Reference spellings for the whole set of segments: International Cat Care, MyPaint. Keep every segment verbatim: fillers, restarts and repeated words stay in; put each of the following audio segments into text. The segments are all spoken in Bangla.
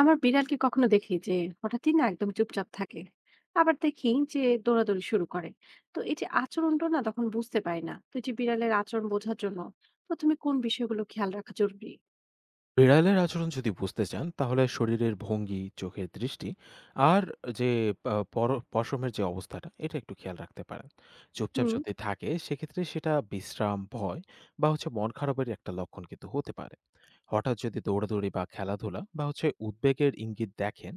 আমার বিড়ালকে কখনো দেখি যে হঠাৎই না একদম চুপচাপ থাকে, আবার দেখি যে দৌড়াদৌড়ি শুরু করে। তো এই যে আচরণটা না, তখন বুঝতে পারি না। তো এই যে বিড়ালের আচরণ বোঝার জন্য প্রথমে কোন বিষয়গুলো খেয়াল রাখা জরুরি? বিড়ালের আচরণ যদি বুঝতে চান তাহলে শরীরের ভঙ্গি, চোখের দৃষ্টি আর যে আহ, পর- পশমের যে অবস্থাটা এটা একটু খেয়াল রাখতে পারেন। চুপচাপ হুম। যদি থাকে সেক্ষেত্রে সেটা বিশ্রাম, ভয় বা হচ্ছে মন খারাপের একটা লক্ষণ কিন্তু হতে পারে। হঠাৎ যদি দৌড়াদৌড়ি বা খেলাধুলা বা হচ্ছে উদ্বেগের ইঙ্গিত দেখেন,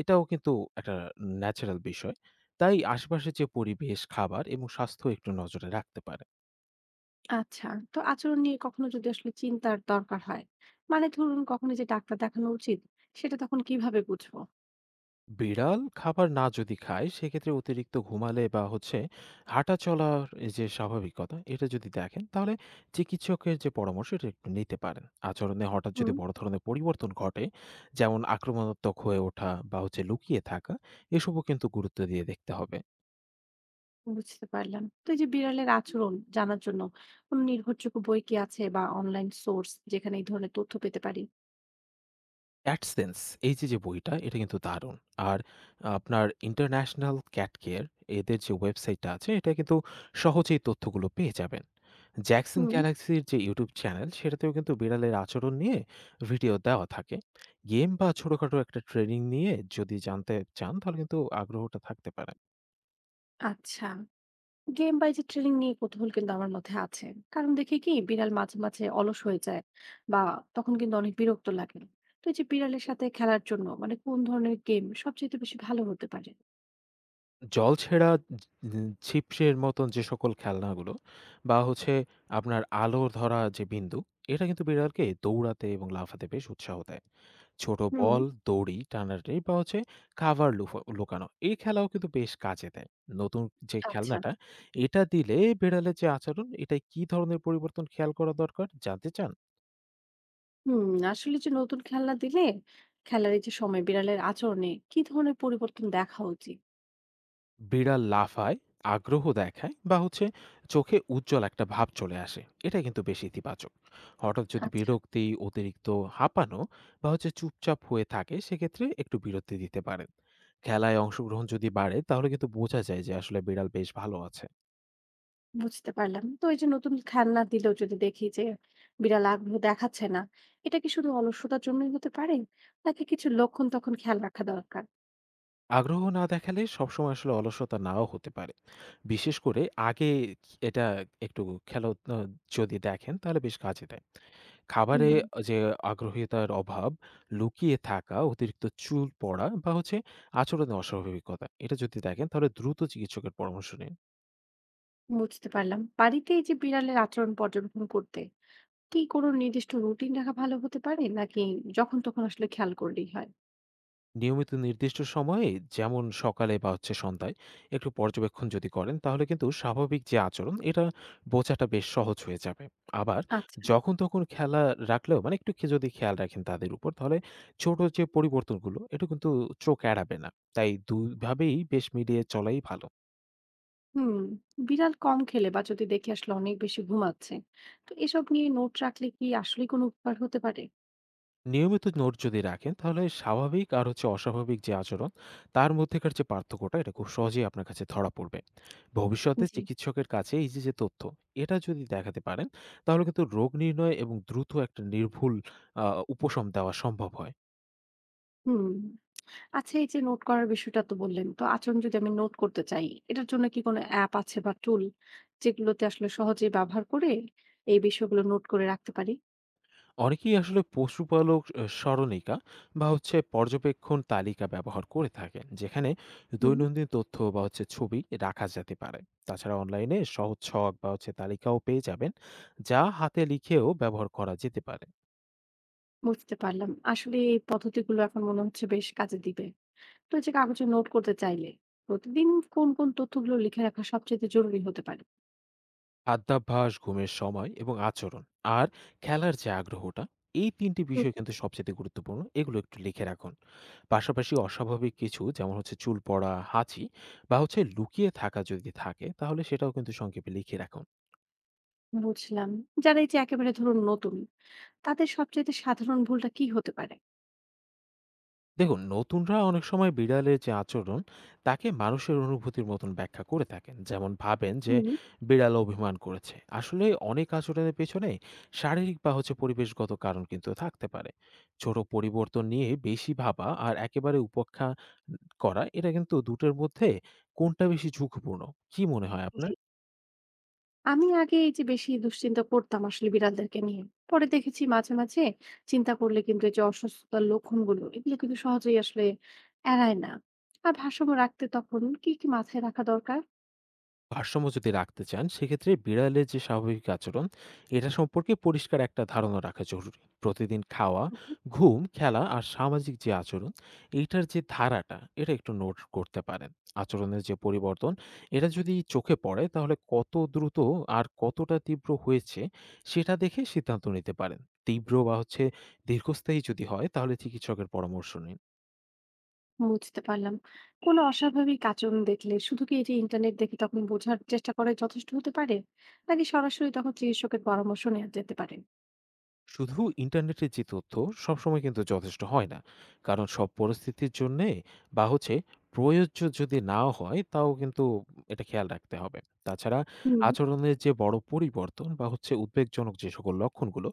এটাও কিন্তু একটা ন্যাচারাল বিষয়। তাই আশেপাশে যে পরিবেশ, খাবার এবং স্বাস্থ্য একটু নজরে রাখতে পারেন। আচ্ছা, তো আচরণ নিয়ে কখনো যদি আসলে চিন্তার দরকার হয়, মানে ধরুন কখনো যে ডাক্তার দেখানো উচিত, সেটা তখন কিভাবে বুঝবো? বিড়াল খাবার না যদি খায়, সেক্ষেত্রে অতিরিক্ত ঘুমালে বা হচ্ছে হাঁটা চলার এই যে স্বাভাবিকতা এটা যদি দেখেন তাহলে চিকিৎসকের যে পরামর্শ এটা একটু নিতে পারেন। আচরণে হঠাৎ যদি হুম। বড় ধরনের পরিবর্তন ঘটে, যেমন আক্রমণাত্মক হয়ে ওঠা বা হচ্ছে লুকিয়ে থাকা, এসবও কিন্তু গুরুত্ব দিয়ে দেখতে হবে। বুঝতে পারলাম। তো এই যে বিড়ালের আচরণ জানার জন্য কোনো নির্ভরযোগ্য বই কি আছে, বা অনলাইন সোর্স যেখানে এই ধরনের তথ্য পেতে পারি? 'অ্যাডসেন্স' এই যে, যে বইটা এটা কিন্তু দারুণ। আর আপনার ইন্টারন্যাশনাল ক্যাট কেয়ার, এদের যে ওয়েবসাইটটা আছে এটা কিন্তু সহজেই তথ্যগুলো পেয়ে যাবেন। জ্যাকসন হুম। গ্যালাক্সির যে ইউটিউব চ্যানেল সেটাতেও কিন্তু বিড়ালের আচরণ নিয়ে ভিডিও দেওয়া থাকে। গেম বা ছোটখাটো একটা ট্রেনিং নিয়ে যদি জানতে চান তাহলে কিন্তু আগ্রহটা থাকতে পারে। আচ্ছা, গেম বা এই যে ট্রেনিং নিয়ে কৌতূহল কিন্তু আমার মধ্যে আছে, কারণ দেখি কি বিড়াল মাঝে মাঝে অলস হয়ে যায় বা তখন কিন্তু অনেক বিরক্ত লাগে। তো এই যে বিড়ালের সাথে খেলার জন্য মানে কোন ধরনের গেম সবচেয়ে বেশি ভালো হতে পারে? জলছেড়া, ঝি ছিপসের মতন যে সকল খেলনাগুলো বা হচ্ছে আপনার আলো ধরা যে বিন্দু, এটা কিন্তু বিড়ালকে দৌড়াতে এবং লাফাতে বেশ উৎসাহ দেয়। ছোট হুম। বল, দড়ি টানাটানি বা হচ্ছে কাভার লুফো লুকানো, এই খেলাও কিন্তু বেশ কাজে দেয়। নতুন যে আচ্ছা। খেলনাটা, এটা দিলে বিড়ালের যে আচরণ, এটায় কি ধরনের পরিবর্তন খেয়াল করা দরকার জানতে চান? হুম। আসলে যে নতুন খেলনা দিলে খেলার এই যে সময় বিড়ালের আচরণে কি ধরনের পরিবর্তন দেখা উচিত? বিড়াল লাফায়, আগ্রহ দেখায় বা হচ্ছে চোখে উজ্জ্বল একটা ভাব চলে আসে। এটা কিন্তু বেশ ইতিবাচক। হঠাৎ যদি আচ্ছা। বিরক্তি, অতিরিক্ত হাঁপানো বা হচ্ছে চুপচাপ হয়ে থাকে, সেক্ষেত্রে একটু বিরতি দিতে পারেন। খেলায় অংশগ্রহণ যদি বাড়ে, তাহলে কিন্তু বোঝা যায় যে আসলে বিড়াল বেশ ভালো আছে। বুঝতে পারলাম, তো এই যে নতুন খেলনা দিলেও যদি দেখি যে বিড়াল আগ্রহ দেখাচ্ছে না, এটা কি শুধু অলসতার জন্যই হতে পারে, নাকি কিছু লক্ষণ তখন খেয়াল রাখা দরকার? আগ্রহ না দেখালে সবসময় আসলে অলসতা নাও হতে পারে। বিশেষ করে আগে এটা একটু খেলো আ যদি দেখেন তাহলে বেশ কাজে দেয়। খাবারে হুম। যে আগ্রহীতার অভাব, লুকিয়ে থাকা, অতিরিক্ত চুল পড়া বা হচ্ছে আচরণে অস্বাভাবিকতা, এটা যদি দেখেন তাহলে দ্রুত চিকিৎসকের পরামর্শ নিন। বুঝতে পারলাম। বাড়িতে এই যে বিড়ালের আচরণ পর্যবেক্ষণ করতে কি কোনো নির্দিষ্ট রুটিন রাখা ভালো হতে পারে? নাকি যখন তখন আসলে খেয়াল করলেই হয়? নিয়মিত নির্দিষ্ট সময়ে, যেমন সকালে বা হচ্ছে সন্ধ্যায়, একটু পর্যবেক্ষণ যদি করেন তাহলে কিন্তু স্বাভাবিক যে আচরণ এটা বোঝাটা বেশ সহজ হয়ে যাবে। আবার আচ্ছা। যখন তখন খেলা রাখলেও মানে একটু খে- যদি খেয়াল রাখেন তাদের উপর তাহলে ছোট যে পরিবর্তনগুলো এটা কিন্তু চোখ এড়াবে না। তাই দুভাবেই বেশ মিলিয়ে চলাই ভালো। হুম। বিড়াল কম খেলে বা যদি দেখি আসলে অনেক বেশি ঘুমাচ্ছে, তো এসব নিয়ে নোট রাখলে কি আসলেই কোনো উপকার হতে পারে? নিয়মিত নোট যদি রাখেন তাহলে স্বাভাবিক আর হচ্ছে অস্বাভাবিক যে আচরণ, তার মধ্যেকার যে পার্থক্যটা এটা খুব সহজেই আপনার কাছে ধরা পড়বে। ভবিষ্যতে জি। চিকিৎসকের কাছে এই যে যে তথ্য, এটা যদি দেখাতে পারেন তাহলে কিন্তু রোগ নির্ণয় এবং দ্রুত একটা নির্ভুল আহ, উপশম দেওয়া সম্ভব হয়। হুম। আচ্ছা, এই যে নোট করার বিষয়টা তো বললেন, তো আচরণ যদি আমি নোট করতে চাই, এটার জন্য কি কোনো অ্যাপ আছে বা টুল যেগুলোতে আসলে সহজেই ব্যবহার করে এই বিষয়গুলো নোট করে রাখতে পারি? অনেকেই আসলে পশুপালক আহ, সরণিকা বা হচ্ছে পর্যবেক্ষণ তালিকা ব্যবহার করে থাকেন, যেখানে হুম। দৈনন্দিন তথ্য বা হচ্ছে ছবি রাখা যেতে পারে। তাছাড়া অনলাইনে সহজ ছক বা হচ্ছে তালিকাও পেয়ে যাবেন, যা হাতে লিখেও ব্যবহার করা যেতে পারে। বুঝতে পারলাম। আসলে এই পদ্ধতিগুলো এখন মনে হচ্ছে বেশ কাজে দিবে। তো এই যে কাগজে নোট করতে চাইলে প্রতিদিন কোন, কোন তথ্যগুলো লিখে রাখা সবচাইতে জরুরি হতে পারে? খাদ্যাভ্যাস, ঘুমের সময় এবং আচরণ আর খেলার যে আগ্রহটা, এই তিনটি হুম। বিষয় কিন্তু সবচেয়ে গুরুত্বপূর্ণ, এগুলো একটু লিখে রাখুন। পাশাপাশি অস্বাভাবিক কিছু, যেমন হচ্ছে চুল পড়া, হাঁচি বা হচ্ছে লুকিয়ে থাকা যদি থাকে তাহলে সেটাও কিন্তু সংক্ষেপে লিখে রাখুন। বুঝলাম। যারা এই যে একেবারে ধরুন নতুন, তাদের সবচাইতে সাধারণ ভুলটা কি হতে পারে? দেখুন, নতুনরা অনেক সময় বিড়ালের যে আচরণ তাকে মানুষের অনুভূতির মতন ব্যাখ্যা করে থাকেন, যেমন ভাবেন যে হুম। বিড়াল অভিমান করেছে। আসলে অনেক আচরণের পেছনে শারীরিক বা হচ্ছে পরিবেশগত কারণ কিন্তু থাকতে পারে। ছোট পরিবর্তন নিয়ে বেশি ভাবা আর একেবারে উপেক্ষা করা, এটা কিন্তু দুটোর মধ্যে কোনটা বেশি ঝুঁকিপূর্ণ কি মনে হয় আপনার? জি। আমি আগে এই যে বেশি দুশ্চিন্তা করতাম আসলে বিড়ালদেরকে নিয়ে। পরে দেখেছি মাঝে মাঝে চিন্তা করলে কিন্তু এই যে অসুস্থতার লক্ষণগুলো, এগুলো কিন্তু সহজেই আসলে এড়ায় না। আর ভারসাম্য রাখতে তখন কি, কি মাথায় রাখা দরকার? ভারসাম্য যদি রাখতে চান সেক্ষেত্রে বিড়ালের যে স্বাভাবিক আচরণ, এটা সম্পর্কে পরিষ্কার একটা ধারণা রাখা জরুরি। প্রতিদিন খাওয়া, হুম। ঘুম, খেলা আর সামাজিক যে আচরণ, এইটার যে ধারাটা এটা একটু নোট করতে পারেন। আচরণের যে পরিবর্তন, এটা যদি চোখে পড়ে তাহলে কত দ্রুত আর কতটা তীব্র হয়েছে সেটা দেখে সিদ্ধান্ত নিতে পারেন। তীব্র বা হচ্ছে দীর্ঘস্থায়ী যদি হয় তাহলে চিকিৎসকের পরামর্শ নিন। বুঝতে পারলাম। কোনো অস্বাভাবিক আচরণ দেখলে শুধু কি এই যে ইন্টারনেট দেখে তখন বোঝার চেষ্টা করাই যথেষ্ট হতে পারে? নাকি সরাসরি তখন চিকিৎসকের পরামর্শ নেওয়া যেতে পারে? শুধু ইন্টারনেটের যে তথ্য সবসময় কিন্তু যথেষ্ট হয় না, কারণ সব পরিস্থিতির জন্যে বা হচ্ছে প্রযোজ্য যদি নাও হয় তাও কিন্তু এটা খেয়াল রাখতে হবে। তাছাড়া হুম। আচরণের যে বড় পরিবর্তন বা হচ্ছে উদ্বেগজনক যে সকল লক্ষণগুলো,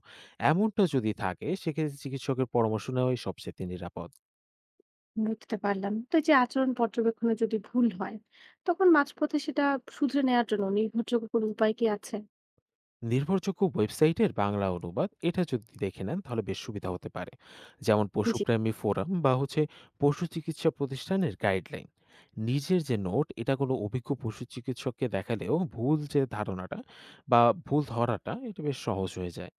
এমনটা যদি থাকে সেক্ষেত্রে চিকিৎসকের পরামর্শ নেওয়াই সবচেয়ে নিরাপদ। বুঝতে পারলাম। তো এই যে আচরণ পর্যবেক্ষণে যদি ভুল হয়, তখন মাঝপথে সেটা শুধরে নেওয়ার জন্য নির্ভরযোগ্য কোনো উপায় কি আছে? নির্ভরযোগ্য ওয়েবসাইটের বাংলা অনুবাদ এটা যদি দেখে নেন তাহলে বেশ সুবিধা হতে পারে, যেমন জি। পশুপ্রেমী ফোরাম বা হচ্ছে পশু চিকিৎসা প্রতিষ্ঠানের গাইডলাইন। নিজের যে নোট, এটা কোনো অভিজ্ঞ পশু চিকিৎসককে দেখালেও ভুল যে ধারণাটা বা ভুল ধরাটা এটা বেশ সহজ হয়ে যায়।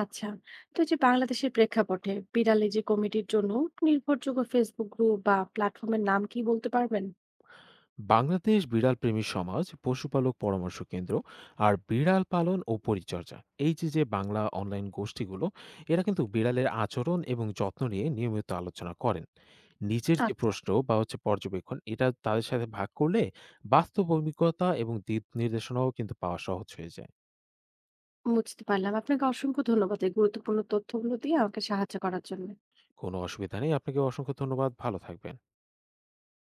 আচ্ছা। তো এই যে বাংলাদেশের প্রেক্ষাপটে বিড়াল এই যে কমিটির জন্য নির্ভরযোগ্য ফেসবুক গ্রুপ বা প্ল্যাটফর্মের নাম কি বলতে পারবেন? বাংলাদেশ বিড়ালপ্রেমী সমাজ, পশুপালক পরামর্শ কেন্দ্র আর বিড়াল পালন ও পরিচর্যা, এই যে যে বাংলা অনলাইন গোষ্ঠীগুলো, এরা কিন্তু বিড়ালের আচরণ এবং যত্ন নিয়ে নিয়মিত আলোচনা করেন। নিজের যে আচ্ছা। প্রশ্ন বা হচ্ছে পর্যবেক্ষণ এটা তাদের সাথে ভাগ করলে বাস্তব অভিজ্ঞতা এবং দিক নির্দেশনাও কিন্তু পাওয়া সহজ হয়ে যায়। বুঝতে পারলাম। আপনাকে অসংখ্য ধন্যবাদ এই গুরুত্বপূর্ণ তথ্যগুলো দিয়ে আমাকে সাহায্য করার জন্য। কোনো অসুবিধা নেই, আপনাকে অসংখ্য ধন্যবাদ, ভালো থাকবেন।